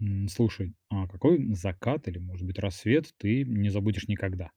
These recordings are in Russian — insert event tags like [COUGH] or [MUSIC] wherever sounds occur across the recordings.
Слушай, а какой закат или, может быть, рассвет ты не забудешь никогда?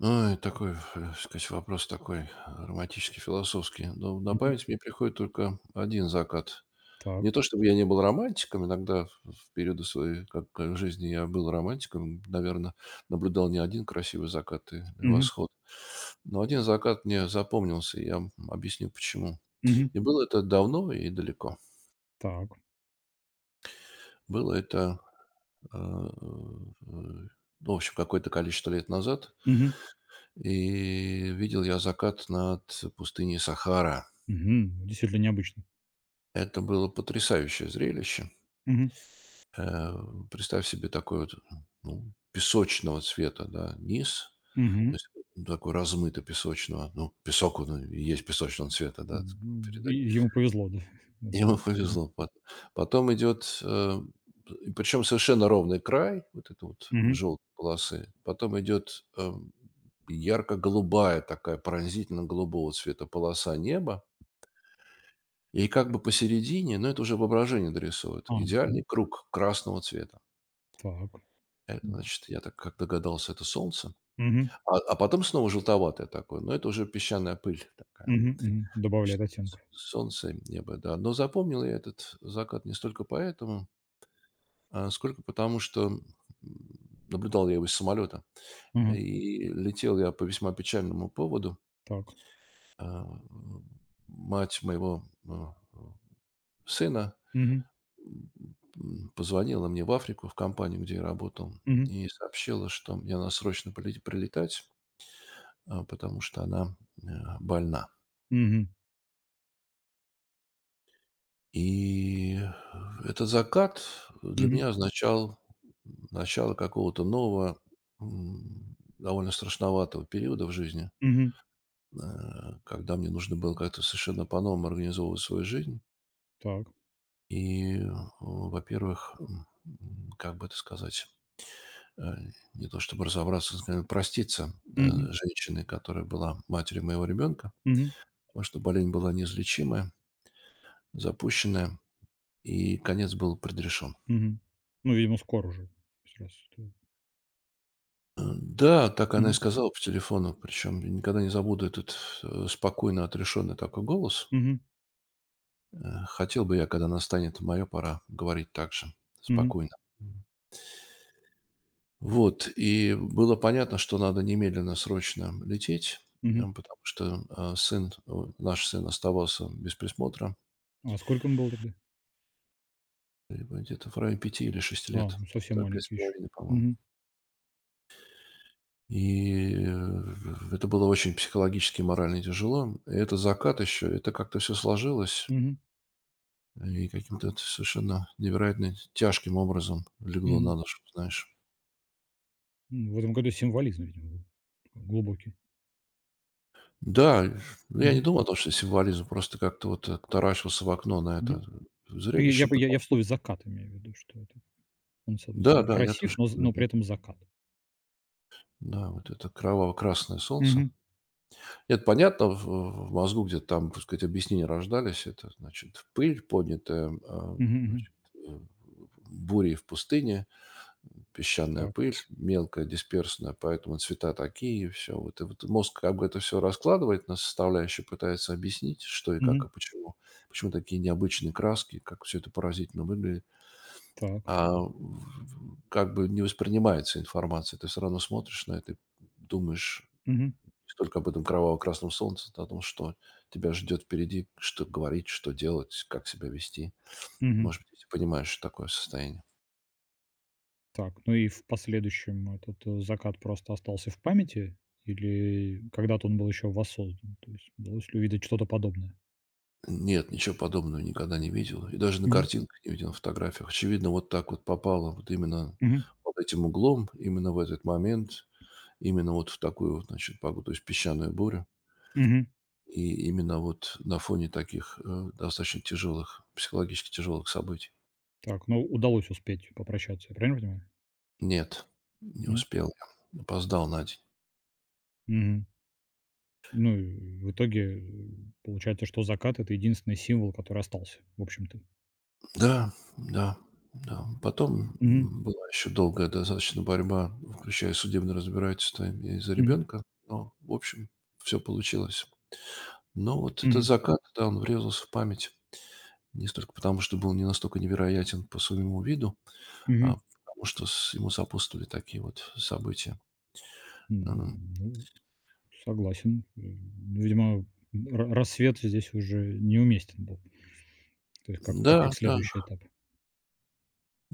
Ой, такой, сказать, вопрос такой романтический, философский. Но на Мгм. память мне приходит только один закат. Так. Не то чтобы я не был романтиком, иногда в периоды своей как, жизни я был романтиком, наверное, наблюдал не один красивый закат и Мгм. восход. Но один закат мне запомнился, и я объясню почему. Мгм. И было это давно и далеко. Так. Было это, ну, в общем, какое-то количество лет назад. Мгм. И видел я закат над пустыней Сахара. Мгм. Действительно необычно. Это было потрясающее зрелище. Мгм. Э, Представь себе такой вот, ну, песочного цвета, да, низ, то Мгм. есть ну, такой размыто-песочного. Ну, песок, он и есть песочного цвета, да, И передать. ему повезло, да? [LAUGHS] [LAUGHS] Вот. Ему Мгм. повезло. Потом идет, причем совершенно ровный край, вот это вот Мгм. желтой полосы. Потом идет ярко-голубая такая, пронзительно-голубого цвета полоса неба. И как бы посередине, но это уже воображение дорисует, А, идеальный мгм. круг красного цвета. Так. Это М. значит, я так как догадался, это солнце. Мгм. А потом снова желтоватое такое, но это уже песчаная пыль такая. Мгм. Мгм. Добавляет Значит, оттенков. солнце, небо, да. Но запомнил я этот закат не столько поэтому, а сколько потому, что наблюдал я его из самолета. Ага. И летел я по весьма печальному поводу. Так. А, м, Мать моего сына Мгм. Позвонила мне в Африку, в компанию, где я работал, Мгм. и сообщила, что мне надо срочно прилетать, потому что она э, больна. Мгм. И этот закат для Мгм. меня означал начало какого-то нового, довольно страшноватого периода в жизни, Мгм. э, когда мне нужно было как-то совершенно по-новому организовывать свою жизнь. Так. И, во-первых, как бы это сказать, э, не то чтобы разобраться, скорее проститься Мгм. женщиной, которая была матерью моего ребенка, Мгм. потому что болезнь была неизлечимая, запущенная, и конец был предрешен. Мгм. Ну, видимо, скоро уже. Сейчас. Да, так она и Мгм. сказала по телефону, причем никогда не забуду этот спокойно отрешенный такой голос. Мгм. Хотел бы я, когда настанет моя пора, говорить так же, Мгм. спокойно. Вот, и было понятно, что надо немедленно, срочно лететь, Мгм. Потому что, сын, наш сын оставался без присмотра, А сколько ему было тогда? Где-то в районе пяти или шести А, лет, ну совсем где-то маленький еще. 5,5, по-моему. Мгм, И, это было очень психологически и морально тяжело. И это закат еще, это как-то все сложилось, мгм, и каким-то это совершенно невероятно тяжким образом легло мгм. на душу, знаешь. В этом году символизм, видимо, был такой глубокий. Да, ну, я не Мгм, думал о том, что символизм, просто как-то вот, таращился в окно на мгм. это Ну, я зрелище, бы я пыта я в слове "закат" имею в виду, что это он, с одной да, стороны, да, я красив, тоже но з но при люблю. этом закат. Да, вот это кроваво-красное солнце. Мгм, Это понятно, в мозгу где-то там, так сказать, объяснения рождались. Это, значит, пыль, поднятая, мгм, мгм. значит, э, бурей в пустыне, песчаная Так, пыль, мелкая, дисперсная, поэтому цвета такие, и все. Вот и вот мозг как бы это все раскладывает на составляющие, пытается объяснить, что и как, мгм, и почему. Почему такие необычные краски, как все это поразительно выглядит. так, А, в Как бы не воспринимается информация. Ты все равно смотришь на это и думаешь мгм, не столько об этом кроваво-красном солнце, а о том, что тебя ждет впереди, что говорить, что делать, как себя вести. мгм. Может быть, если понимаешь такое состояние. Так, ну и в последующем этот, закат просто остался в памяти или когда-то он был еще воссоздан? То есть удалось ли увидеть что-то подобное? Нет, ничего подобного никогда не видел. И даже на Мгм, картинках не видел, на фотографиях. Очевидно, вот так вот попало, вот именно мгм, под этим углом, именно в этот момент, именно вот в такую, значит, погоду, то есть песчаную бурю. мгм. И именно вот на фоне таких, достаточно тяжелых, психологически тяжелых событий. Так, ну удалось успеть попрощаться, я правильно понимаю? Нет, не Нет? успел я. Опоздал на день. Мгм. Ну и в итоге, получается, что закат- это единственный символ, который остался, в общем-то. Да, да, да. Потом, Мгм, была еще долгая достаточно борьба, включая судебное разбирательство из-за мгм, ребенка. Но, в общем, все получилось. Но вот этот мгм, закат, да, он врезался в память не столько потому, что был не настолько невероятен по своему виду, мгм. а потому что с ему сопутствовали такие вот события. М, Ну, согласен. Ну, видимо, ра рассвет здесь уже неуместен был. То есть как да, как как да. следующий этап.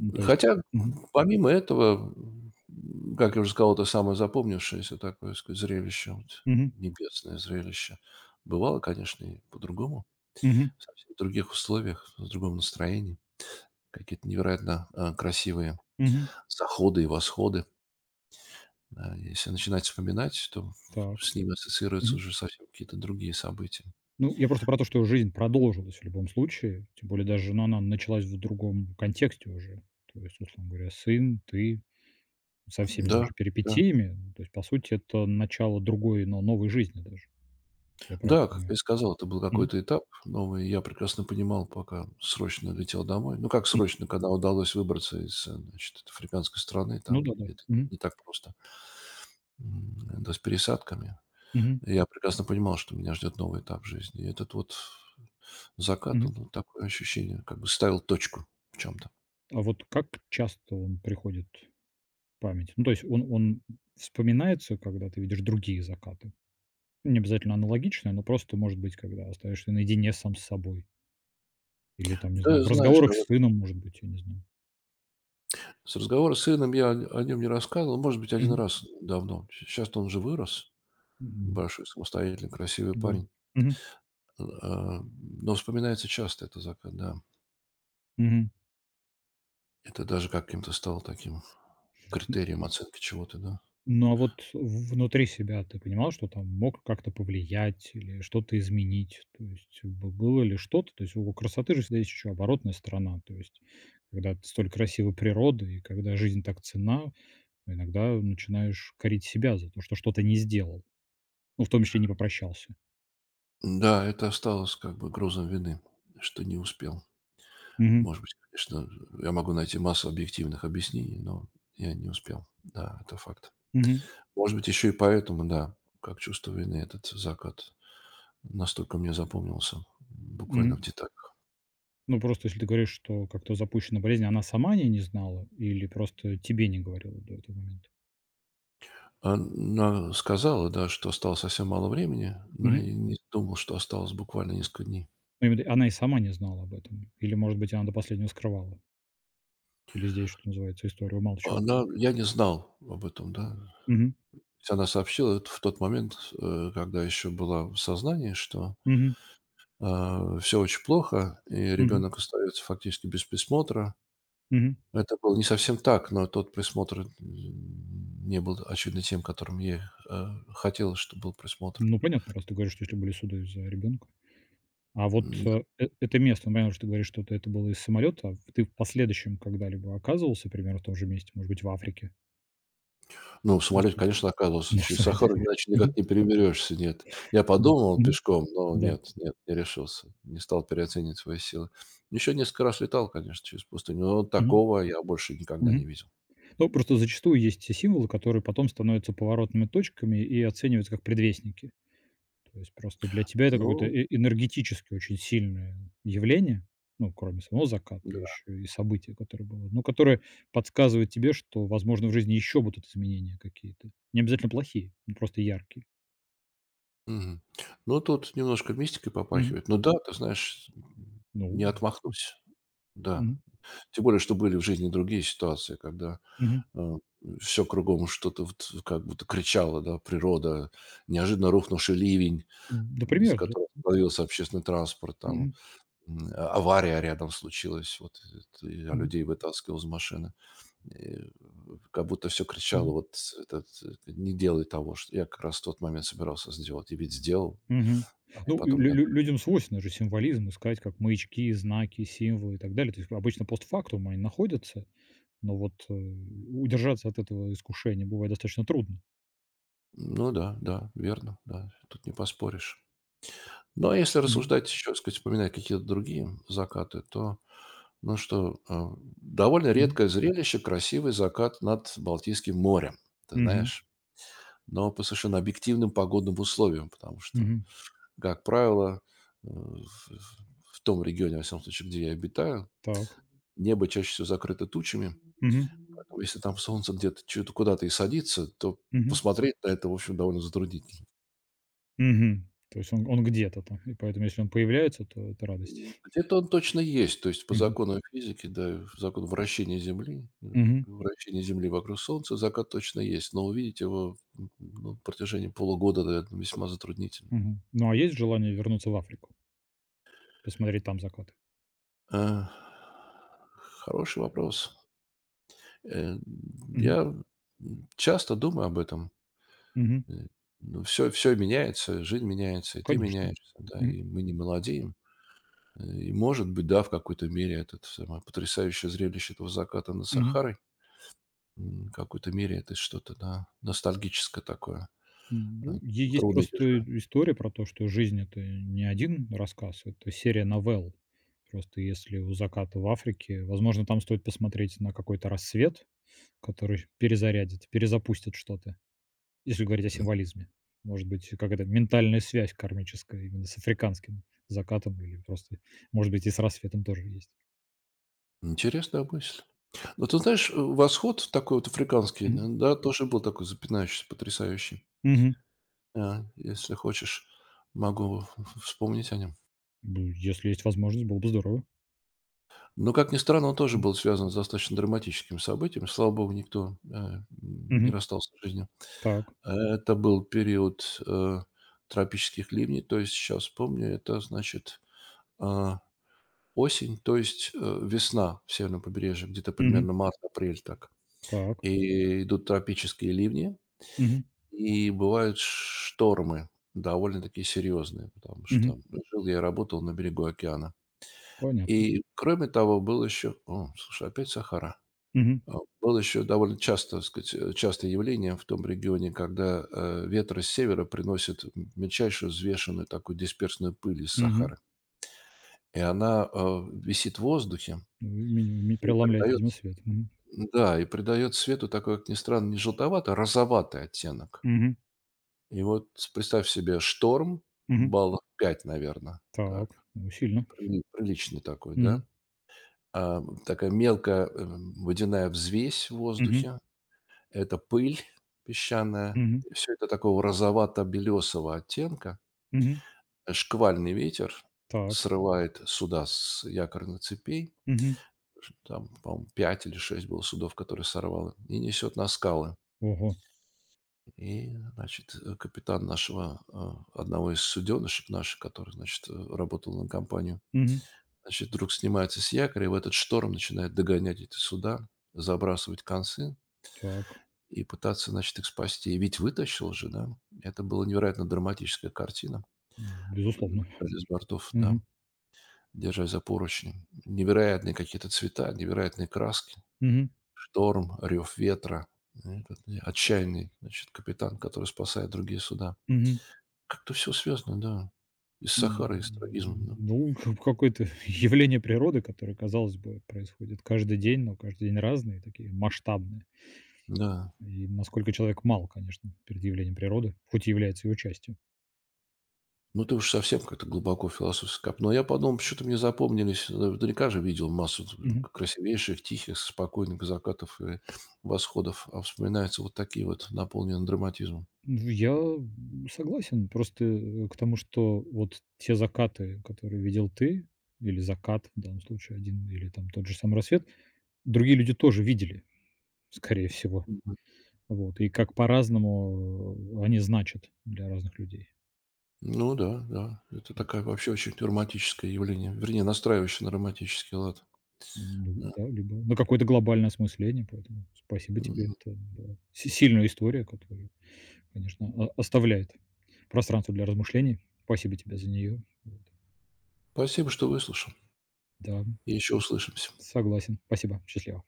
Ну, то есть Хотя, мгм, помимо этого, как я уже сказал, это самое запомнившееся такое, так сказать, зрелище, вот, мгм, небесное зрелище. Бывало, конечно, и по-другому, мгм, совсем в других условиях, в другом настроении. Какие-то невероятно красивые мгм. заходы и восходы. Да, если начинать вспоминать, то Так. с ними ассоциируются Мгм. уже совсем какие-то другие события. Ну, я просто про то, что жизнь продолжилась в любом случае, тем более даже, ну, она началась в другом контексте уже. То есть, условно говоря, сын, ты. Со всеми Да, даже да. перипетиями. Ну, то есть, по сути, это начало другой, но новой жизни даже, если я правильно Да, как понимаю. я и сказал, это был Мгм. какой-то этап новый. Я прекрасно понимал, пока срочно летел домой. Ну, как М. срочно, когда удалось выбраться из, значит, африканской страны, Ну там да-да. это Мгм. не так просто, м, да, с пересадками. Мгм. Я прекрасно понимал, что меня ждет новый этап жизни. И этот вот закат, Мгм. он вот такое ощущение, как бы ставил точку в чем-то. А вот как часто он приходит в память? Ну, то есть он вспоминается, когда ты видишь другие закаты? Не обязательно аналогичные, но просто, может быть, когда остаешься наедине сам с собой или там, не знаю, Да, в знаешь, разговорах да, с вот сыном, может быть, я не знаю. с разговора с сыном я о нем не рассказывал, может быть, один Мгм. раз давно. Сейчас он уже вырос, Мгм. большой, самостоятельный, красивый Да. парень. Мгм. А, но вспоминается часто этот закат, да. Мгм. Это даже каким-то стало таким критерием оценки чего-то, да. Ну, а вот внутри себя ты понимал, что там мог как-то повлиять или что-то изменить? То есть бы было ли что-то? То есть у красоты же всегда есть еще оборотная сторона. То есть когда ты столь красива природа и когда жизнь так ценна, иногда начинаешь корить себя за то, что что-то не сделал. Ну, в том числе не попрощался. Да, это осталось как бы грузом вины, что не успел. Мгм. Может быть, конечно, я могу найти массу объективных объяснений, но я не успел. Да, это факт. Мгм. Может быть, еще и поэтому, да, как чувство вины, этот закат настолько мне запомнился, буквально Мгм. в деталях. Ну, просто если ты говоришь, что как-то запущена болезнь, она сама о не знала или просто тебе не говорила до этого момента? Она сказала, да, что осталось совсем мало времени, но я не думал, что осталось буквально несколько дней. Ну, именно она и сама не знала об этом. Или, может быть, она до последнего скрывала. Или здесь, что называется, история умалчивает. Она Я не знал об этом, да. Мгм. То есть она сообщила это в тот момент, когда еще была в сознании, что Мгм. все очень плохо, и Мгм. ребенок остается фактически без присмотра. Мгм. Это было не совсем так, но тот присмотр, не был, очевидно, тем, которым ей, э, хотелось, чтобы был присмотр. Ну, понятно, раз ты говоришь, что если были суды из-за ребенка. А вот, М, это место, ну, понятно, что ты говоришь, что это было из самолета. А ты в последующем когда-либо оказывался примерно в том же месте, может быть, в Африке? Ну, в самолете, Если конечно, [LAUGHS] оказывался. ну, Через что это? Сахару иначе никак Мгм. не переберешься, нет. Я Да. подумал Мгм. пешком, но Да. нет, нет, не решился. Не стал переоценивать свои силы. Еще несколько раз летал, конечно, через пустыню, но Мгм. такого я больше никогда не Мгм. видел. Ну, просто зачастую есть те символы, которые потом становятся поворотными точками и оцениваются как предвестники. То есть просто для тебя это какое-то Ну энергетически очень сильное явление, ну, кроме самого заката, да. еще и событие, которое было, ну, которое подсказывает тебе, что, возможно, в жизни еще будут изменения какие-то. Не обязательно плохие, ну, просто яркие. Мгм. Ну, тут немножко мистикой Мгм. попахивает. Ну да, ты знаешь, Ну, не м, отмахнусь. Да. мгм, Тем более, что были в жизни другие ситуации, когда мгм. все кругом что-то вот как будто кричало, да, природа, неожиданно рухнувший ливень, из-за Например, да. которого остановился общественный транспорт, там, Мгм, а авария рядом случилась, вот, т я мгм, людей вытаскивал из машины. И э, как будто все кричало, мгм, вот этот, не делай того, что я как раз в тот момент собирался сделать, и ведь сделал, мгм. и Ну, и потом лю не лю отдали. людям свойственно же символизм искать, как маячки, знаки, символы и так далее. То есть обычно постфактум они находятся. Но вот, удержаться от этого искушения бывает достаточно трудно. Ну да, да, верно, да, тут не поспоришь. Ну, а если Мгм. рассуждать еще, так сказать, вспоминать какие-то другие закаты, то, ну что, довольно Мгм. редкое зрелище — красивый закат над Балтийским морем. Ты Мгм. знаешь? Но по совершенно объективным погодным условиям, потому что, Мгм. как правило, э, в в том регионе, во всяком случае, где я обитаю, Так. небо чаще всего закрыто тучами. Мгм. Поэтому если там солнце где-то чё-то куда-то и садится, то Мгм. посмотреть на это, в общем, довольно затруднительно. Мгм. То есть он где-то там, и поэтому, если он появляется, то это радость. [LAUGHS] Где-то он точно есть. То есть по Мгм. закону физики, да, закон вращения Земли, Мгм. вращение Земли вокруг Солнца, закат точно есть. Но увидеть его, ну, на протяжении полугода, наверное, весьма затруднительно. Мгм. Ну, а есть желание вернуться в Африку, посмотреть там закаты? А, Хороший вопрос. Э, Мгм. я часто думаю об этом. Мгм. Э, ну, всё меняется, жизнь меняется, и ты Конечно. меняешься, да, Мгм. и мы не молодеем. И, может быть, да, в какой-то мере этот самое потрясающее зрелище этого заката над Мгм. Сахарой, в какой-то мере это что-то, да, ностальгическое такое. Э, Ну, е есть Трудно просто держа история про то, что жизнь- это не один рассказ, это серия новелл. Просто если "У заката в Африке", возможно, там стоит посмотреть на какой-то рассвет, который перезарядит, перезапустит что-то, если говорить о М, символизме. Может быть, какая-то ментальная связь кармическая именно с африканским закатом или просто, может быть, и с рассветом тоже есть. интересная мысль. Но ты знаешь, восход такой вот африканский, Мгм. н да, тоже был такой запинающийся, потрясающий. Мгм. Да, если хочешь, могу вспомнить о нем. Б если есть возможность, было бы здорово. Но, как ни странно, он тоже был связан с достаточно драматическими событиями. Слава богу, никто, не Мгм. расстался с жизнью. Так. Это был период, тропических ливней. То есть, сейчас помню, это значит, а, осень, то есть, весна в северном побережье, где-то Мгм. примерно март-апрель так. Так. И идут тропические ливни, Мгм. и бывают штормы довольно-таки серьезные, потому Мгм. что жил я и работал на берегу океана. Понятно. И кроме того, был еще слушай, опять Сахара. Мгм. А, Было еще довольно часто, так сказать, частое явление в том регионе, когда, ветры с севера приносят мельчайшую взвешенную такую дисперсную пыль из Мгм. Сахары. И она, висит в воздухе Вы меня ме и преломляет, придает видимо, свет. Мгм. да, и придает свету такой, как ни странно, не желтоватый, а розоватый оттенок. Мгм. И вот представь себе шторм, Мгм. баллов 5, наверное, так, Так, ну, сильно. приличный такой, Мгм. да. Такая мелкая, водяная взвесь в Мгм. воздухе. Это пыль [LAUGHS] песчаная, Мгм. все это такого розовато-белесого оттенка. Мгм. Шквальный ветер Так. срывает суда с якорных цепей. Мгм. Там, по-моему, 5 или 6 было судов, которые сорвало, и несет на скалы. Ого. И, значит, капитан нашего, одного из суденышек наших, который, значит, работал на компанию, Мгм. значит, вдруг снимается с якоря и в этот шторм начинает догонять эти суда, забрасывать концы Так. и пытаться, значит, их спасти. И ведь вытащил же, да? Это была невероятно драматическая картина. Мы Безусловно. наблюдали с бортов, да, Мгм. держась за поручни. Невероятные какие-то цвета, невероятные краски. Мгм. Шторм, рев ветра. Отчаянный, значит, капитан, который спасает другие суда. Мгм. Как-то все связано, да. Из Д Сахары, из трагизма, да. ну, как какое-то [LAUGHS] явление природы, которое, казалось бы, происходит каждый день, но каждый день разные, такие масштабные. Да. И насколько человек мал, конечно, перед явлением природы, хоть и является его частью. Ну, ты уж совсем как-то глубоко философски копнул. Я подумал, почему-то мне запомнились, наверняка же видел массу красивейших, тихих, спокойных закатов и восходов, а вспоминаются вот такие вот, наполненные драматизмом. Ну, я, согласен. Просто, к тому, что вот те закаты, которые видел ты, или закат, в данном случае один, или там тот же самый рассвет, другие люди тоже видели, скорее всего. Мгм. Вот. И как по-разному, они значат для разных людей. Ну да, да, это То такая есть, вообще очень драматическое явление, вернее, настраивающее на драматический лад. ну Да. да, либо на какое-то глобальное осмысление, поэтому спасибо тебе. Мгм. Это, да, си сильная история, которая, конечно, оставляет пространство для размышлений. Спасибо тебе за нее. Вот. Спасибо, что выслушал, Да, и еще услышимся. согласен. Спасибо. Счастливо.